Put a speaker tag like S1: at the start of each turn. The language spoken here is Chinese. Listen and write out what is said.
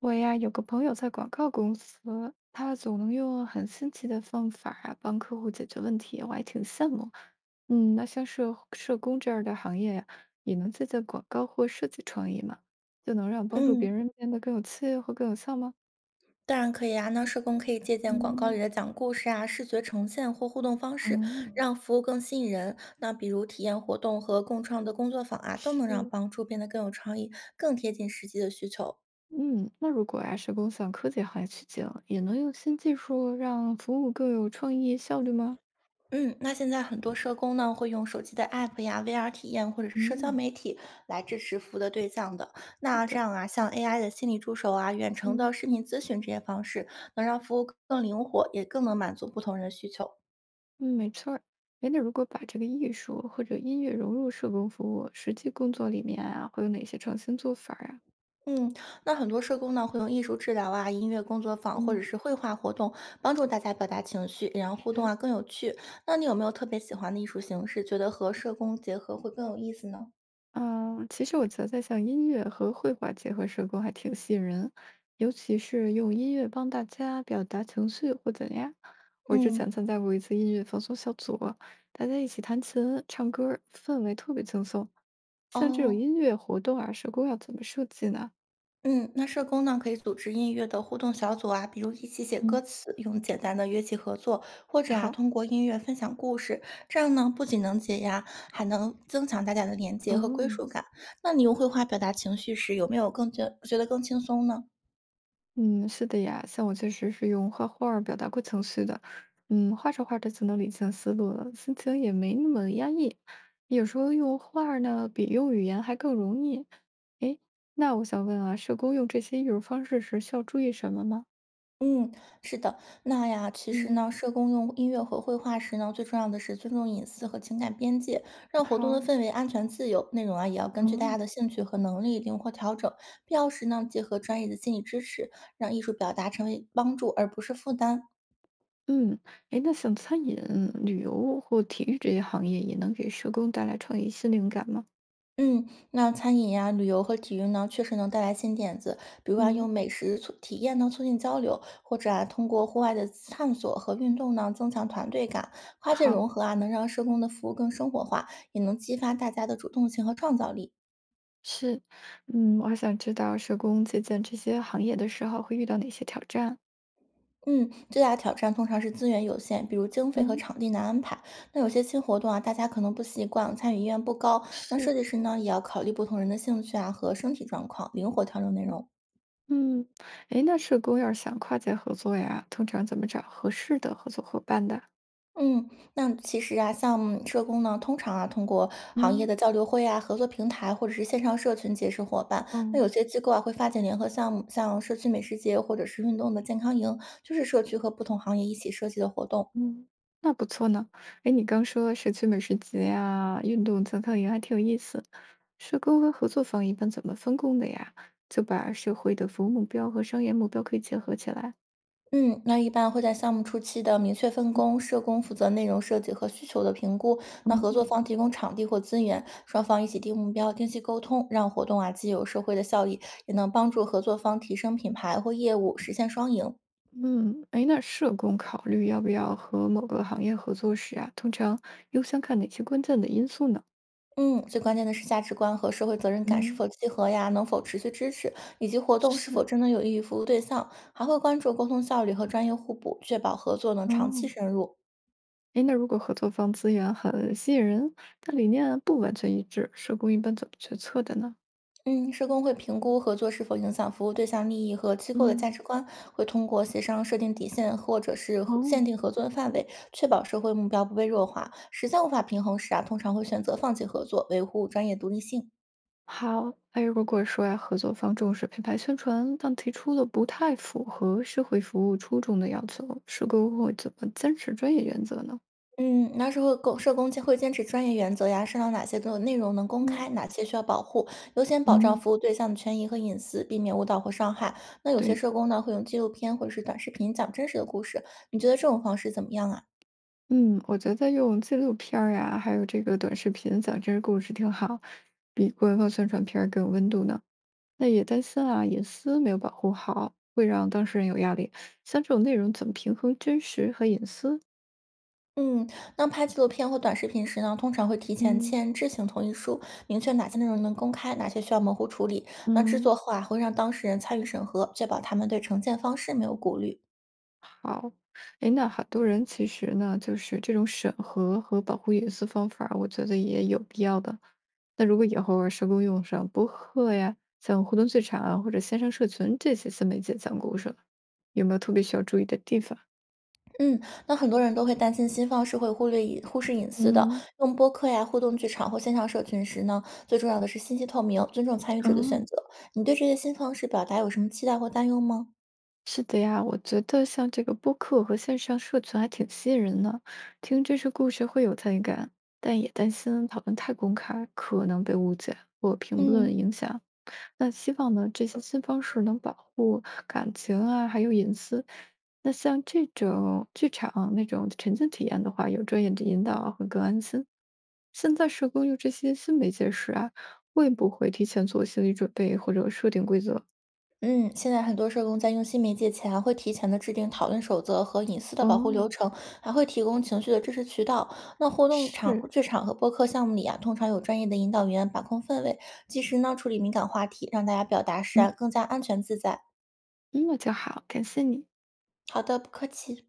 S1: 我呀，有个朋友在广告公司，他总能用很新奇的方法啊，帮客户解决问题，我还挺羡慕。嗯，那像社工这样的行业呀，也能借鉴广告或设计创意吗？就能让帮助
S2: 嗯，
S1: 别人变得更有趣或更有效吗？
S2: 当然可以啊。那社工可以借鉴广告
S1: 嗯，
S2: 里的讲故事啊、视觉呈现或互动方式，
S1: 嗯，
S2: 让服务更吸引人。那比如体验活动和共创的工作坊啊，都能让
S1: 是，
S2: 帮助变得更有创意，更贴近实际的需求。
S1: 嗯，那如果呀，社工向科技行业取经，也能用新技术让服务更有创意、效率吗？
S2: 嗯，那现在很多社工呢会用手机的 app 呀、VR 体验或者是社交
S1: 嗯，
S2: 媒体来支持服务的对象的。那这
S1: 对
S2: 样啊，像 AI 的心理助手啊、远程
S1: 嗯。
S2: 的视频咨询这些方式，能让服务更灵活，也更能满足不同人的需求。
S1: 嗯，没错儿。哎，那如果把这个艺术或者音乐融入社工服务实际工作里面啊，会有哪些创新做法儿啊？
S2: 嗯，那很多社工呢会用艺术治疗啊、音乐工作坊或者
S1: 嗯，
S2: 是绘画活动，帮助大家表达情绪，然后互动
S1: 是，
S2: 啊更有趣。那你有没有特别喜欢的艺术形式，觉得和社工结合会更有意思呢？
S1: 嗯，其实我觉得像音乐和绘画结合社工还挺吸引人，尤其是用音乐帮大家表达情绪或怎样。我之
S2: 嗯，
S1: 前参加过一次音乐放松小组，大家一起弹琴、唱歌儿，氛围特别轻松。像这种
S2: 哦，
S1: 音乐活动啊，社工要怎么设计呢？
S2: 嗯，那社工呢可以组织音乐的互动小组啊，比如一起写歌
S1: 嗯，
S2: 词，用简单的乐器合作，或者啊
S1: 好，
S2: 通过音乐分享故事，这样呢不仅能解压，还能增强大家的连接和归
S1: 哦。
S2: 属感。那你用绘画表达情绪时，有没有觉得更轻松呢？
S1: 嗯，是的呀，像我确实是用画画儿表达过情绪的，嗯，画着画着就能理清思路了，心情也没那么压抑。有时候用画儿呢，比用语言还更容易。诶，那我想问啊，社工用这些艺术方式时需要注意什么吗？
S2: 嗯，是的，那呀，其实
S1: 嗯，
S2: 呢，社工用音乐和绘画时呢，最重要的是尊重隐私和情感边界，让活动的
S1: 好，
S2: 氛围安全自由。内容啊，也要根据大
S1: 哦，
S2: 家的兴趣和能力灵活调整，必要时呢，结合专业的心理支持，让艺术表达成为帮助而不是负担。
S1: 嗯，诶，那像餐饮、旅游或体育这些行业，也能给社工带来创意新灵感吗？
S2: 嗯，那餐饮呀、旅游和体育呢，确实能带来新点子。比如啊，
S1: 嗯，
S2: 用美食促体验呢促进交流，或者啊，通过户外的探索和运动呢，增强团队感。跨界
S1: 好。
S2: 融合啊，能让社工的服务更生活化，也能激发大家的主动性和创造力。
S1: 是，嗯，我还想知道社工借鉴这些行业的时候会遇到哪些挑战？
S2: 嗯，最大的挑战通常是资源有限，比如经费和
S1: 嗯，
S2: 场地难安排。那有些新活动啊，大家可能不习惯，参与意愿不高。那
S1: 是，
S2: 设计师呢，也要考虑不同人的兴趣啊和身体状况，灵活调整内容。
S1: 嗯，诶，那社工要是想跨界合作呀，通常怎么找合适的合作伙伴的？
S2: 嗯，那其实啊，像社工呢，通常啊，通过行业
S1: 嗯
S2: 的交流会啊、合作平台或者是线上社群结识伙伴。那
S1: 哦，
S2: 有些机构啊，会发起联合项目，像社区美食节或者是运动的健康营，就是社区和不同行业一起设计的活动。
S1: 嗯，那不错呢。诶，你刚说社区美食节呀、运动健康营还挺有意思。社工和合作方一般怎么分工的呀？就把社会的服务目标和商业目标可以结合起来。
S2: 嗯，那一般会在项目初期的明确分工，社工负责内容设计和需求的评估，那合作
S1: 嗯。
S2: 方提供场地或资源，双方一起定目标、定期沟通，让活动啊既有社会的效益，也能帮助合作方提升品牌或业务，实现双赢。
S1: 嗯，哎，那社工考虑要不要和某个行业合作时啊，通常优先看哪些关键的因素呢？
S2: 嗯，最关键的是价值观和社会责任感是
S1: 嗯，
S2: 否契合呀，能否持续支持，以及活动是否
S1: 是，
S2: 真的有益于服务对象，还会关注沟通效率和专业互补，确保合作能长期
S1: 哦，
S2: 深入。
S1: 哎，那如果合作方资源很吸引人，但理念不完全一致，社工一般怎么决策的呢？
S2: 嗯，社工会评估合作是否影响服务对象利益和机构的
S1: 嗯，
S2: 价值观，会通过协商设定底线或者是
S1: 哦，
S2: 限定合作的范围，确保社会目标不被弱化。实在无法平衡时啊，通常会选择放弃合作，维护专业独立性。
S1: 好，哎，如果说呀，合作方重视品牌宣传，但提出了不太符合社会服务初衷的要求，社工会怎么坚持专业原则呢？
S2: 嗯，那时候公社工坚会坚持专业原则呀，商量哪些的内容能公
S1: 嗯
S2: 开，哪些需要保护，优先保障
S1: 嗯，
S2: 服务对象的权益和隐私，避免误导或伤害。那有些
S1: 对。
S2: 社工呢，会用纪录片或者是短视频讲真实的故事，你觉得这种方式怎么样啊？
S1: 嗯，我觉得用纪录片儿呀，还有这个短视频讲真实故事挺好，比官方宣传片儿更有温度呢。那也担心啊，隐私没有保护好，会让当事人有压力。像这种内容怎么平衡真实和隐私？
S2: 嗯，那拍纪录片或短视频时呢，通常会提前
S1: 嗯。
S2: 签知情同意书，明确哪些内容能公开，哪些需要模糊处理。那制
S1: 嗯。
S2: 作后啊，会让当事人参与审核，确保他们对呈现方式没有顾虑。
S1: 好，哎，那很多人其实呢，就是这种审核和保护隐私方法儿我觉得也有必要的。那如果以后啊，社工用上博客呀，像互动剧场啊，或者线上社群这些自媒介讲故事了，有没有特别需要注意的地方？
S2: 嗯，那很多人都会担心新方式会忽视隐私的。
S1: 嗯，
S2: 用播客呀、互动剧场或线上社群时呢，最重要的是信息透明，尊重参与者的选
S1: 哦，
S2: 择。你对这些新方式表达有什么期待或担忧吗？
S1: 是的呀，我觉得像这个播客和线上社群还挺吸引人的，听这些故事会有参与感，但也担心讨论太公开可能被误解或评论
S2: 嗯，
S1: 影响。那希望呢，这些新方式能保护感情啊，还有隐私。那像这种剧场那种沉浸体验的话，有专业的引导啊会更安心。现在社工用这些新媒介时啊，会不会提前做心理准备或者设定规则？
S2: 嗯，现在很多社工在用新媒介前啊，会提前的制定讨论守则和隐私的保护流
S1: 哦，
S2: 程，还会提供情绪的支持渠道。那互动场、
S1: 是，
S2: 剧场和播客项目里啊，通常有专业的引导员把控氛围，及时呢处理敏感话题，让大家表达时啊
S1: 嗯。
S2: 更加安全自在。
S1: 嗯，那就好，感谢你。
S2: 好的，不客气。